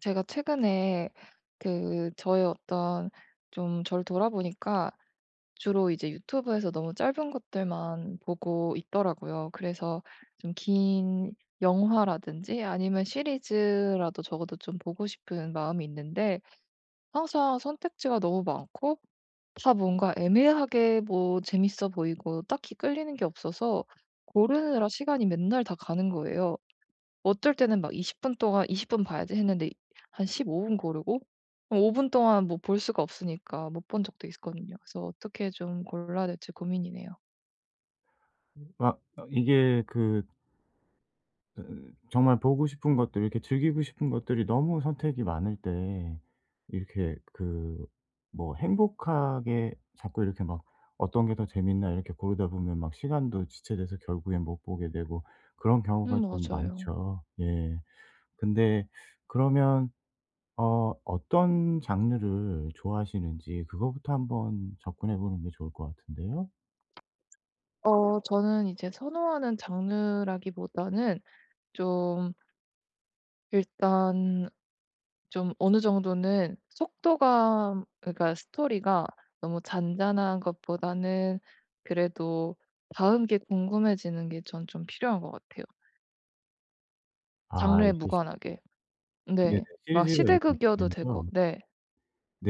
제가 최근에 그 저의 어떤 좀 저를 돌아보니까 주로 이제 유튜브에서 너무 짧은 것들만 보고 있더라고요. 그래서 좀 긴 영화라든지 아니면 시리즈라도 적어도 좀 보고 싶은 마음이 있는데, 항상 선택지가 너무 많고 다 뭔가 애매하게 뭐 재밌어 보이고 딱히 끌리는 게 없어서 고르느라 시간이 맨날 다 가는 거예요. 어쩔 때는 막 20분 동안, 20분 봐야지 했는데 한 15분 고르고 5분 동안 뭐 볼 수가 없으니까 못 본 적도 있거든요. 그래서 어떻게 좀 골라야 될지 고민이네요. 막 어 이게 그 어, 정말 보고 싶은 것들 이렇게 즐기고 싶은 것들이 너무 선택이 많을 때 이렇게 그 뭐 행복하게 자꾸 이렇게 막 '어떤 게 더 재밌나.' 이렇게 고르다 보면 막 시간도 지체돼서 결국엔 못 보게 되고 그런 경우가 좀 맞아요. 많죠. 예. 근데 그러면 어떤 장르를 좋아하시는지 그거부터 한번 접근해 보는 게 좋을 것 같은데요. 저는 이제 선호하는 장르라기보다는 좀, 일단 좀 어느 정도는 속도감, 그러니까 스토리가 너무 잔잔한 것보다는 그래도 다음 게 궁금해지는 게 전 좀 필요한 것 같아요, 아 장르에 이렇게 시 무관하게. 네네, 네. 막 시리즈가 이렇게 시대극이어도 되고. 있으면서, 네.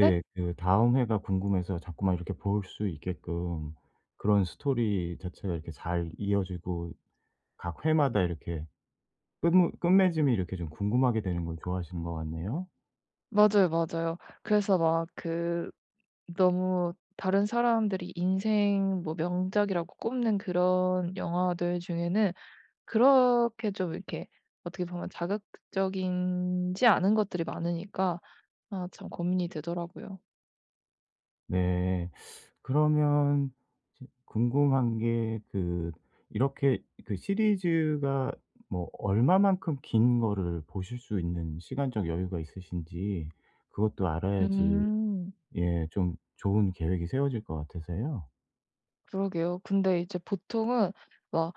네? 그 다음 회가 궁금해서 자꾸만 이렇게 볼 수 있게끔 그런 스토리 자체가 이렇게 잘 이어지고 각 회마다 이렇게 끝무 끝맺음이 이렇게 좀 궁금하게 되는 걸 좋아하시는 것 같네요. 맞아요, 맞아요. 그래서 막 너무 다른 사람들이 인생 뭐 명작이라고 꼽는 그런 영화들 중에는 그렇게 좀 이렇게 어떻게 보면 자극적인지 않은 것들이 많으니까 아, 참 고민이 되더라고요. 네. 그러면 지 궁금한 게 이렇게 그 시리즈가 뭐 얼마만큼 긴 거를 보실 수 있는 시간적 여유가 있으신지 그것도 알아야지 음. 예 좀 좋은 계획이 세워질 것 같아서요. 그러게요. 근데 이제 보통은 막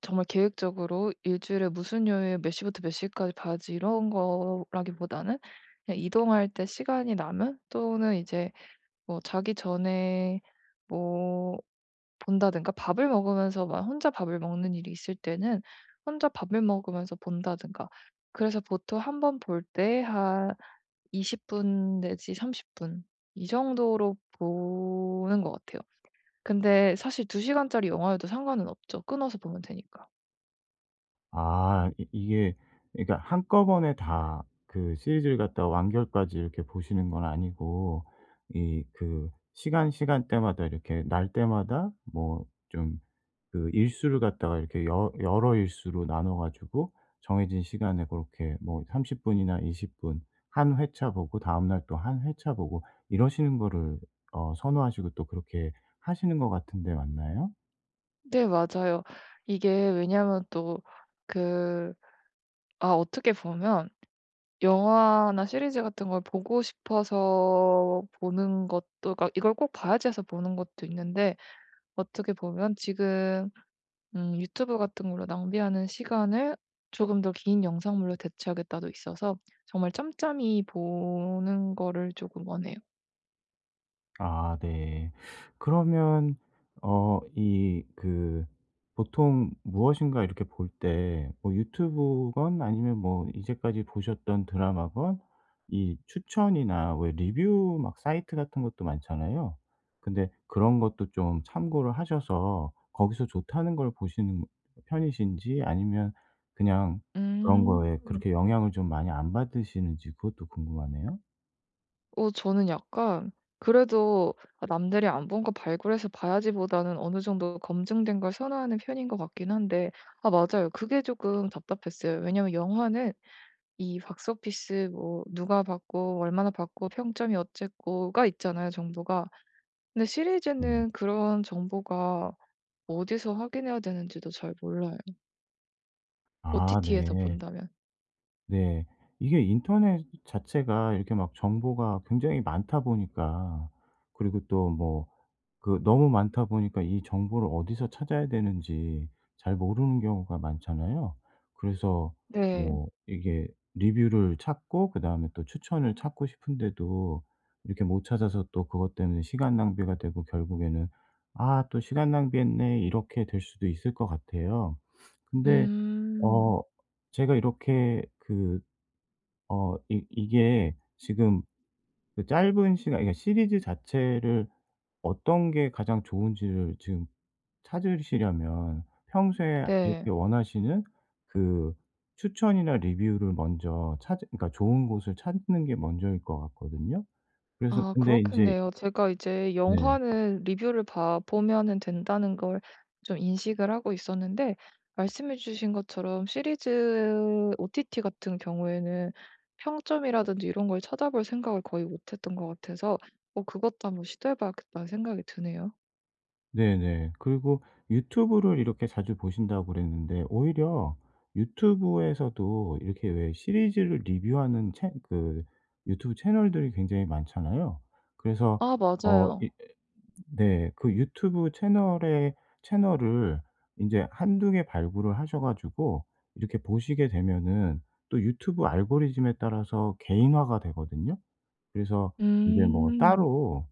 정말 계획적으로 일주일에 무슨 요일 몇 시부터 몇 시까지 봐야지 이런 거라기보다는 그냥 이동할 때 시간이 나면, 또는 이제 뭐 자기 전에 뭐 본다든가, 밥을 먹으면서, 막 혼자 밥을 먹는 일이 있을 때는 혼자 밥을 먹으면서 본다든가. 그래서 보통 한 번 볼 때 한 20분 내지 30분, 이 정도로 보는 것 같아요. 근데 사실 2시간 시간짜리 영화여도 상관은 없죠. 끊어서 보면 되니까. 아 이 이게 그러니까 한꺼번에 다 그 시리즈를 갖다가 완결까지 이렇게 보시는 건 아니고, 이 그 시간대마다 이렇게 날 때마다 뭐 좀 그 일수를 갖다가 이렇게 여 여러 일수로 나눠 가지고 정해진 시간에 그렇게 뭐 30 분이나 20분한 회차 보고 다음날 또 한 회차 보고 이러시는 거를 어 선호하시고 또 그렇게 하시는 것 같은데 맞나요? 네, 맞아요. 이게 왜냐하면 또 그 아, 어떻게 보면 영화나 시리즈 같은 걸 보고 싶어서 보는 것도, 그러니까 이걸 꼭 봐야지 해서 보는 것도 있는데, 어떻게 보면 지금 유튜브 같은 걸로 낭비하는 시간을 조금 더 긴 영상물로 대체하겠다도 있어서 정말 짬짬이 보는 거를 조금 원해요. 아 네. 그러면 어 이 그 보통 무엇인가 이렇게 볼 때 뭐 유튜브건 아니면 뭐 이제까지 보셨던 드라마건 이 추천이나 왜 리뷰 막 사이트 같은 것도 많잖아요. 근데 그런 것도 좀 참고를 하셔서 거기서 좋다는 걸 보시는 편이신지, 아니면 그냥 그런 음. 거에 그렇게 영향을 좀 많이 안 받으시는지 그것도 궁금하네요. 저는 약간 그래도 '아 남들이 안 본 거 발굴해서 봐야지.' 보다는 어느 정도 검증된 걸 선호하는 편인 것 같긴 한데, 아, 맞아요. 그게 조금 답답했어요. 왜냐면 영화는 이 박스오피스, 뭐 누가 봤고 얼마나 봤고 평점이 어쨌고가 있잖아요, 정보가. 근데 네. 시리즈는 그런 정보가 어디서 확인해야 되는지도 잘 몰라요, 아 OTT에서 네. 본다면. 네. 이게 인터넷 자체가 이렇게 막 정보가 굉장히 많다 보니까, 그리고 또 너무 많다 보니까 이 정보를 어디서 찾아야 되는지 잘 모르는 경우가 많잖아요. 그래서 네. 뭐 이게 리뷰를 찾고 그다음에 또 추천을 찾고 싶은데도 이렇게 못 찾아서 또 그것 때문에 시간 낭비가 되고 결국에는 '아 또 시간 낭비했네.' 이렇게 될 수도 있을 것 같아요. 근데 음. 어 제가 이렇게 그 어 이 이게 지금 그 짧은 시간 그러니까 시리즈 자체를 어떤 게 가장 좋은지를 지금 찾으시려면, 평소에 이렇게 네. 원하시는 그 추천이나 리뷰를 먼저 찾 그러니까 좋은 곳을 찾는 게 먼저일 것 같거든요. 그래서 아, 근데 이제 그렇겠네요. 제가 이제 네. 영화는 리뷰를 봐 보면은 된다는 걸 좀 인식을 하고 있었는데, 말씀해 주신 것처럼 시리즈 OTT 같은 경우에는 평점이라든지 이런 걸 찾아볼 생각을 거의 못 했던 것 같아서, 그것도 한번 시도해 봐야겠다는 생각이 드네요. 네네. 그리고 유튜브를 이렇게 자주 보신다고 그랬는데, 오히려 유튜브에서도 이렇게 왜 시리즈를 리뷰하는 채 그 유튜브 채널들이 굉장히 많잖아요. 그래서 아, 어 맞아요. 이 네, 그 유튜브 채널의 채널을 이제 한두 개 발굴을 하셔 가지고 이렇게 보시게 되면은 또 유튜브 알고리즘에 따라서 개인화가 되거든요. 그래서 이제 뭐 음. 따로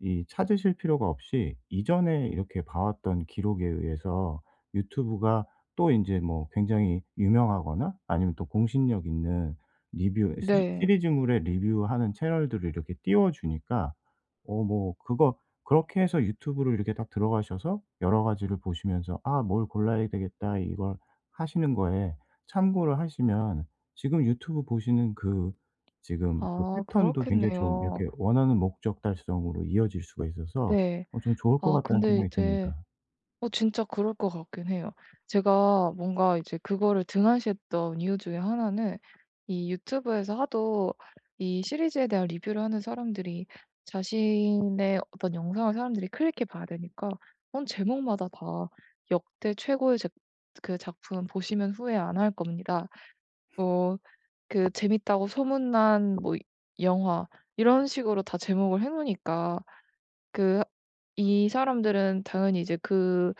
이 찾으실 필요가 없이 이전에 이렇게 봐왔던 기록에 의해서 유튜브가 또 인제 뭐 굉장히 유명하거나 아니면 또 공신력 있는 리뷰 시 네. 시리즈물의 리뷰하는 채널들을 이렇게 띄워 주니까, 어 뭐 그거 그렇게 해서 유튜브를 이렇게 딱 들어가셔서 여러 가지를 보시면서 '아 뭘 골라야 되겠다.' 이걸 하시는 거에 참고를 하시면 지금 유튜브 보시는 그 지금 그 아, 패턴도 굉장히 좀 이렇게 그렇겠네요. 원하는 목적 달성으로 이어질 수가 있어서 네. 좀 좋을 것 아, 같다는 근데 생각이 이제 듭니다. 진짜 그럴 것 같긴 해요. 제가 뭔가 이제 그거를 등한시했던 이유 중에 하나는 이 유튜브에서 하도 이 시리즈에 대한 리뷰를 하는 사람들이 자신의 어떤 영상을 사람들이 클릭해 봐야 되니까 제목마다 다 "역대 최고의 작 그 작품 보시면 후회 안 할 겁니다." 뭐 그 "재밌다고 소문난 뭐 영화." 이런 식으로 다 제목을 해 놓으니까, 그 이 사람들은 당연히 이제 그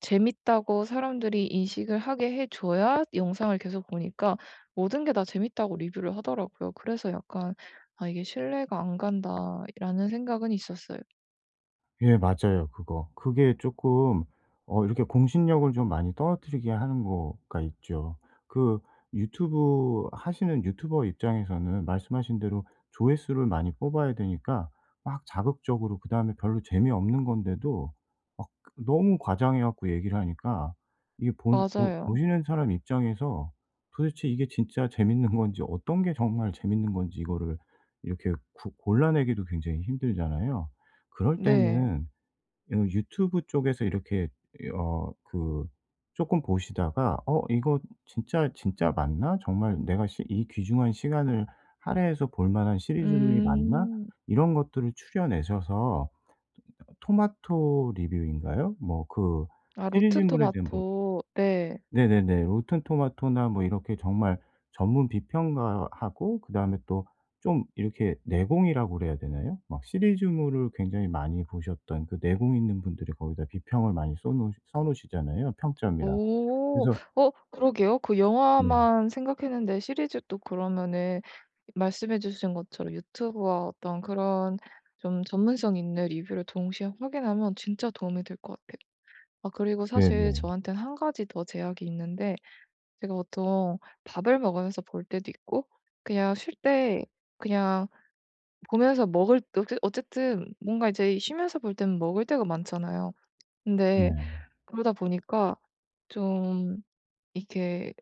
재밌다고 사람들이 인식을 하게 해 줘야 영상을 계속 보니까 모든 게 다 재밌다고 리뷰를 하더라고요. 그래서 약간 '아 이게 신뢰가 안 간다.'라는 생각은 있었어요. 예 맞아요 그거. 그게 조금 이렇게 공신력을 좀 많이 떨어뜨리게 하는 거가 있죠. 그 유튜브 하시는 유튜버 입장에서는 말씀하신 대로 조회수를 많이 뽑아야 되니까 막 자극적으로, 그다음에 별로 재미없는 건데도 막 너무 과장해 갖고 얘기를 하니까, 이게 보 보 맞아요. 보시는 사람 입장에서 도대체 이게 진짜 재밌는 건지 어떤 게 정말 재밌는 건지 이거를 이렇게 구 골라내기도 굉장히 힘들잖아요. 그럴 네. 때는 요 유튜브 쪽에서 이렇게 어 그 쪼끔 보시다가 '어 이거 진짜 진짜 맞나? 정말 내가 시 이 귀중한 시간을 할애해서 볼 만한 시리즈물이 맞나?' 음. 이런 것들을 추려내셔서, 토마토 리뷰인가요? 아, 로튼 시리즈물에 대한 뭐 토마토. 네. 네네네. 로튼 토마토나 뭐 이렇게 정말 전문 비평가하고, 그다음에 또 좀 이렇게 내공이라고 그래야 되나요? 막 시리즈물을 굉장히 많이 보셨던 그 내공 있는 분들이 거기다 비평을 많이 써 놓으시잖아요, 평점이랑. 오. 그래서 그러게요. 그 네. 영화만 생각했는데 시리즈도 그러면은 말씀해 주신 것처럼 유튜브와 어떤 그런 좀 전문성 있는 리뷰를 동시에 확인하면 진짜 도움이 될 것 같아요. 아, 그리고 사실 네네. 저한테는 한 가지 더 제약이 있는데, 제가 보통 밥을 먹으면서 볼 때도 있고, 그냥 쉴 때 그냥 보면서 먹을 어 어쨌든 뭔가 이제 쉬면서 볼 때는 먹을 때가 많잖아요. 근데 네. 그러다 보니까 좀 이렇게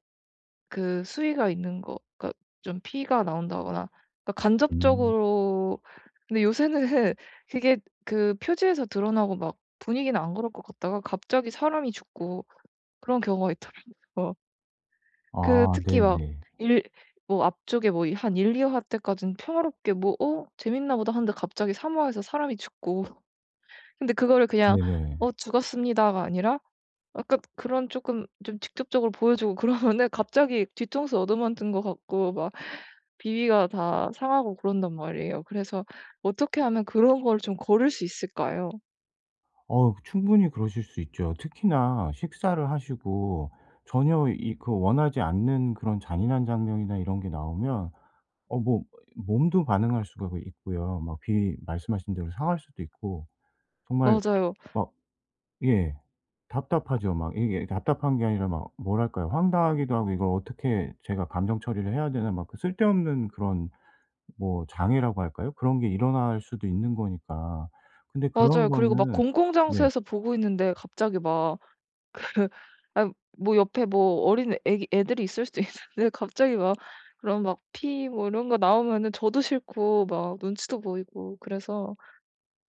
그 수위가 있는 거, 그러니까 좀 피가 나온다거나, 그러니까 음. 간접적으로. 근데 요새는 그게 그 표지에서 드러나고 막 분위기는 안 그럴 것 같다가 갑자기 사람이 죽고 그런 경우가 있더라고요. 어, 아 특히 막 네네. 일 뭐 앞쪽에 뭐 이 한 1-2 화 때까지는 평화롭게 뭐 '어 재밌나 보다.' 하는데 갑자기 3 화에서 사람이 죽고 근데 그거를 그냥 네네. "어 죽었습니다."가 아니라 약간 그런 쪼끔 좀 직접적으로 보여주고 그러면은 갑자기 뒤통수 얻어맞는 것 같고 막 비위가 다 상하고 그런단 말이에요. 그래서 어떻게 하면 그런 걸 좀 거를 수 있을까요? 어 충분히 그러실 수 있죠. 특히나 식사를 하시고 전혀 이 그 원하지 않는 그런 잔인한 장면이나 이런 게 나오면 어 뭐 몸도 반응할 수가 있고요. 막 비 말씀하신 대로 상할 수도 있고 정말 맞아요. 막 예 답답하죠. 막 이게 답답한 게 아니라 막 뭐랄까요? 황당하기도 하고 '이걸 어떻게 제가 감정 처리를 해야 되나.' 막그 쓸데없는 그런 뭐 장애라고 할까요? 그런 게 일어날 수도 있는 거니까. 근데 그런 맞아요. 그리고 막 거는 네. 공공장소에서 보고 있는데 갑자기 막 그 아, 뭐 옆에 뭐 어린 애기 애들이 있을 수도 있는데 갑자기 막 그런 막 피 뭐 이런 거 나오면은 저도 싫고 막 눈치도 보이고 그래서,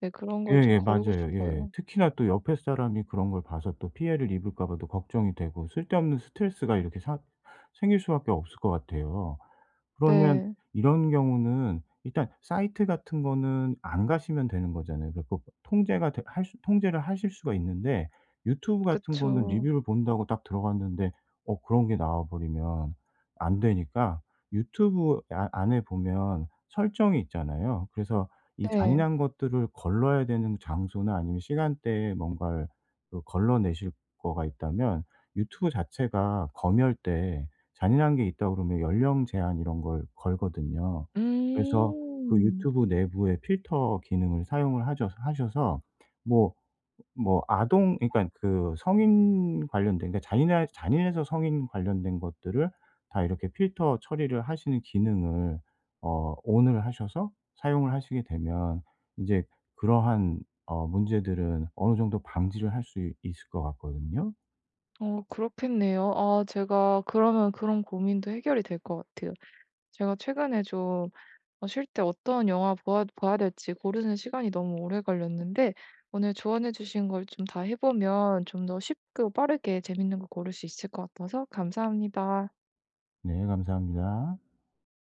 네, 그런 걸 좀 예예. 거르고 맞아요. 싶어요. 예. 특히나 또 옆에 사람이 그런 걸 봐서 또 피해를 입을까 봐도 걱정이 되고 쓸데없는 스트레스가 이렇게 사 생길 수밖에 없을 것 같아요. 그러면 네. 이런 경우는 일단 사이트 같은 거는 안 가시면 되는 거잖아요. 그리고 통제가 되 할 수 통제를 하실 수가 있는데, 유튜브 같은 거는 그쵸. 리뷰를 본다고 딱 들어갔는데 어 그런 게 나와 버리면 안 되니까. 유튜브 안에 보면 설정이 있잖아요. 그래서 이 네. 잔인한 것들을 걸러야 되는 장소나 아니면 시간대에 뭔가를 그 걸러내실 거가 있다면, 유튜브 자체가 검열때 잔인한 게 있다 그러면 연령 제한 이런 걸 걸거든요. 그래서 그 음. 유튜브 내부에 필터 기능을 사용을 하셔 하셔서 뭐 뭐 아동 그러니까 그 성인 관련된 그러니까 잔인하 잔인해서 성인 관련된 것들을 다 이렇게 필터 처리를 하시는 기능을 어 ON을 하셔서 사용을 하시게 되면 인제 그러한 어 문제들은 어느 정도 방지를 할 수 있을 것 같거든요. 그렇겠네요. 아, 제가 그러면 그런 고민도 해결이 될 것 같아요. 제가 최근에 좀 쉴 때 어떤 영화 보아 봐야 될지 고르는 시간이 너무 오래 걸렸는데, 오늘 조언해 주신 걸 좀 다 해 보면 좀 더 쉽고 빠르게 재밌는 거 고를 수 있을 것 같아서 감사합니다. 네 감사합니다.